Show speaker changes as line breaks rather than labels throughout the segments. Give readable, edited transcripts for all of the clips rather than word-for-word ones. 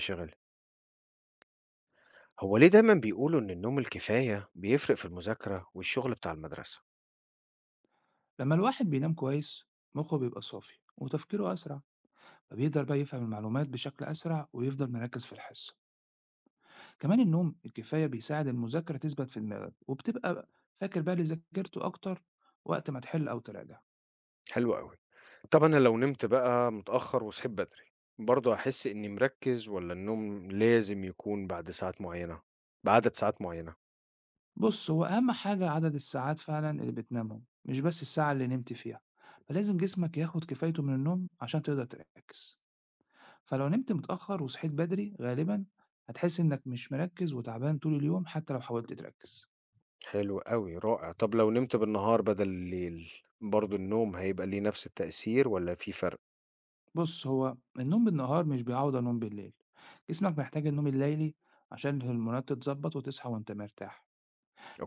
شغل. هو ليه دايما بيقولوا إن النوم الكفاية بيفرق في المذاكرة والشغل بتاع المدرسة؟
لما الواحد بينام كويس مخه بيبقى صافي وتفكيره أسرع، فبيقدر بقى يفهم المعلومات بشكل أسرع ويفضل مركز في الحصة. كمان النوم الكفاية بيساعد المذاكرة تثبت في دماغك وبتبقى فاكر بقى اللي ذاكرته أكتر وقت ما تحل أو تراجع.
حلو قوي. طب أنا لو نمت بقى متأخر وصحيت بدري، برضه هحس إني مركز ولا النوم لازم يكون بعدد ساعات معينة؟
بص، هو أهم حاجة عدد الساعات فعلا اللي بتنامهم مش بس الساعة اللي نمت فيها، فلازم جسمك ياخد كفايته من النوم عشان تقدر تركز. فلو نمت متأخر وصحيت بدري غالبا هتحس إنك مش مركز وتعبان طول اليوم حتى لو حاولت تركز.
حلو قوي، رائع. طب لو نمت بالنهار بدل الليل، برضه النوم هيبقى ليه نفس التأثير ولا في فرق؟
بُص، هو النوم بالنهار مش بيعوّض النوم بالليل، جسمك محتاج النوم الليلي عشان الهرمونات تتضبّط وتصحى وأنت مرتاح.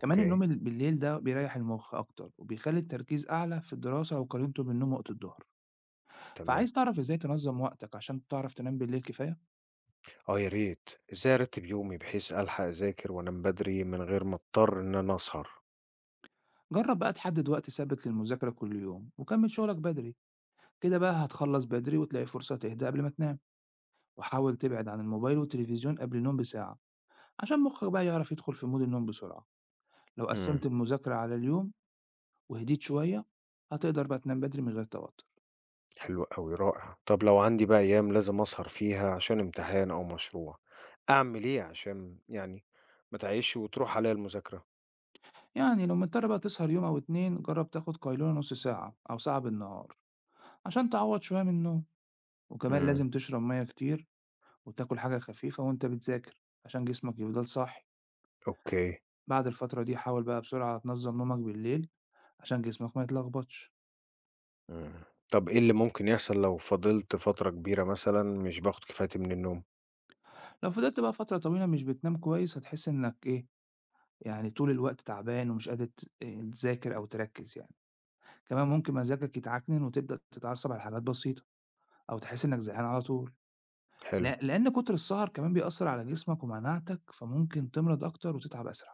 كمان النوم بالليل ده بيريّح المُخ أكتر وبيخلّي التركيز أعلى في الدراسة لو قارنته بالنوم وقت الضهر.
تمام.
فعايز تعرف إزاي تنظّم وقتك عشان تعرف تنام بالليل كفاية؟
اه يا ريت، ازاي ارتب يومي بحيث الحق اذاكر وانام بدري من غير ما اضطر ان انا اسهر؟
جرّب بقى تحدد وقت ثابت للمذاكرة كل يوم وكمّل شغلك بدري، كده بقى هتخلّص بدري وتلاقي فرصة تهدى قبل ما تنام. وحاول تبعد عن الموبايل والتلفزيون قبل النوم بساعة عشان مُخّك بقى يعرف يدخل في مود النوم بسرعة. لو
مم.
قسّمت المذاكرة على اليوم وهديت شوية هتقدر بقى تنام بدري من غير توتر.
حلو أوي، رائع. طب لو عندي بقى أيام لازم أسهر فيها عشان امتحان أو مشروع، أعمل إيه عشان يعني ما تعيش وتروح عليَّ المذاكرة؟
يعني لو مضطر بقى تسهر يوم أو اتنين جرب تاخد قيلولة نص ساعة أو ساعة بالنهار عشان تعوض شوية من النوم، وكمان
إمم.
لازم تشرب مية كتير وتاكل حاجة خفيفة وانت بتذاكر عشان جسمك يفضل صاحي.
أوكي.
بعد الفترة دي حاول بقى بسرعة تنظم نومك بالليل عشان جسمك ما يتلخبطش.
إمم. طب إيه اللي ممكن يحصل لو فضلت فترة كبيرة مثلًا مش باخد كفايتي من النوم؟
لو فضلت بقى فترة طويلة مش بتنام كويس هتحس انك ايه، يعني طول الوقت تعبان ومش قادر ت- إيه، تذاكر او تركز يعني. كمان ممكن مزاجك يتعكنن وتبدأ تتعصب على حاجات بسيطة أو تحس إنك زهقان على طول.
حلو.
لأ، لأن كتر السهر كمان بيأثّر على جسمك ومناعتك، فممكن تمرض أكتر وتتعب أسرع.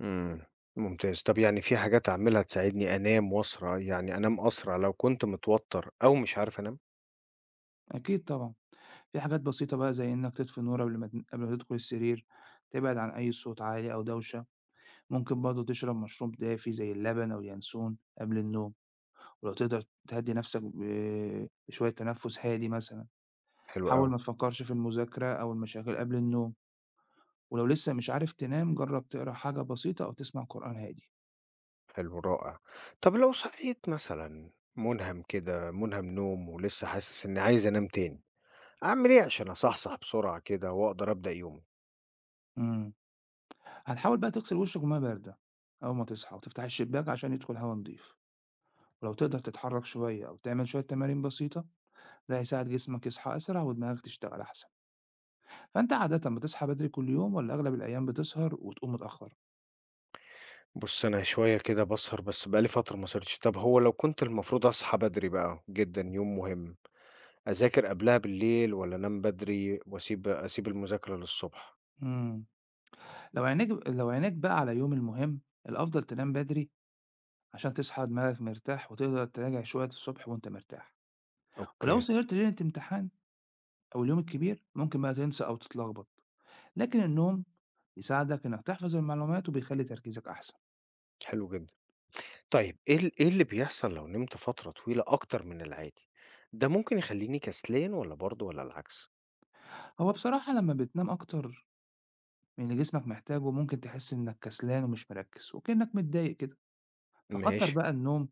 إمم. ممتاز. طب يعني في حاجات أعملها تساعدني أنام وأسرع يعني أنام أسرع لو كنت متوتر أو مش عارف أنام؟
أكيد طبعًا، في حاجات بسيطة بقى زي إنك تطفي النور قبل ما تدخل السرير، تبعد عن أي صوت عالي أو دوشة، ممكن برضه تشرب مشروب دافي زي اللبن أو اليانسون قبل النوم. ولو تقدر تهدّي نفسك بشوية تنفس هادي مثلًا،
حلو أوي.
حاول ما تفكّرش في المذاكرة أو المشاغل قبل النوم. ولو لسه مش عارف تنام جرّب تقرا حاجة بسيطة أو تسمع قرآن هادي.
حلو رائع. طب لو صحيت مثلًا مُنهَم نوم، ولسه حاسس إني عايز أنام تاني، أعمل إيه عشان أصحصح بسرعة كده وأقدر أبدأ يومي؟
إمم. هتحاول بقى تغسل وشك بمَيّة باردة أول ما تصحى وتفتح الشباك عشان يدخل هوا نضيف، ولو تقدر تتحرك شوية أو تعمل شوية تمارين بسيطة ده هيساعد جسمك يصحى أسرع ودماغك تشتغل أحسن. فأنت عادةً بتصحى بدري كل يوم والّا أغلب الأيام بتسهر وتقوم متأخر؟
بُص، أنا شوية كده باسهر بس بقى لي فترة ما سهرتش. طب هو لو كنت المفروض أصحى بدري بقى جدًا يوم مهم، أذاكر قبلها بالليل والّا أنام بدري وأسيب المذاكرة للصبح؟
إمم. لو عينيك بقى على يوم المهم الأفضل تنام بدري عشان تصحى دماغك مرتاح وتقدر تراجع شوية الصبح وأنت مرتاح. ولو
أوكي،
سهرت ليلة امتحان أو اليوم الكبير ممكن بقى تنسى أو تتلخبط، لكن النوم بيساعدك إنك تحفظ المعلومات وبيخلّي تركيزك أحسن.
حلو جدًا. طيب إيه إيه اللي بيحصل لو نمت فترة طويلة أكتر من العادي؟ ده ممكن يخلّيني كسلان والّا برضه والّا العكس؟
هو بصراحة لما بتنام أكتر من اللي جسمك محتاجه ممكن تحس إنك كسلان ومش مركز وكأنك متضايق كده. فكتر
ماشي.
بقى النوم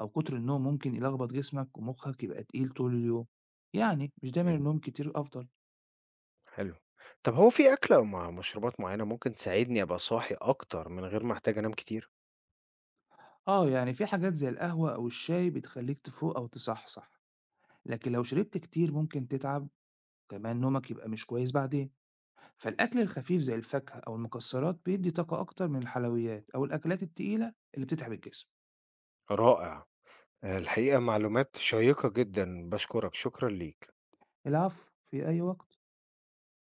أو كتر النوم ممكن يلخبط جسمك ومخك يبقى تقيل طول اليوم، يعني مش دايما
إمم.
النوم كتير أفضل.
حلو. طب هو في أكلة أو مشروبات معيّنة ممكن تساعدني أبقى صاحي أكتر من غير ما أحتاج أنام كتير؟
آه، يعني في حاجات زي القهوة أو الشاي بتخليك تفوق أو تصحصح، لكن لو شربت كتير ممكن تتعب، كمان نومك يبقى مش كويس بعدين. فالأكل الخفيف زي الفاكهة أو المكسرات بيدي طاقة أكتر من الحلويات أو الأكلات التقيلة اللي بتتعب الجسم.
رائع. آه، الحقيقة معلومات شيّقة جدًا، باشكرك، شكرًا ليك.
العفو، في أي وقت.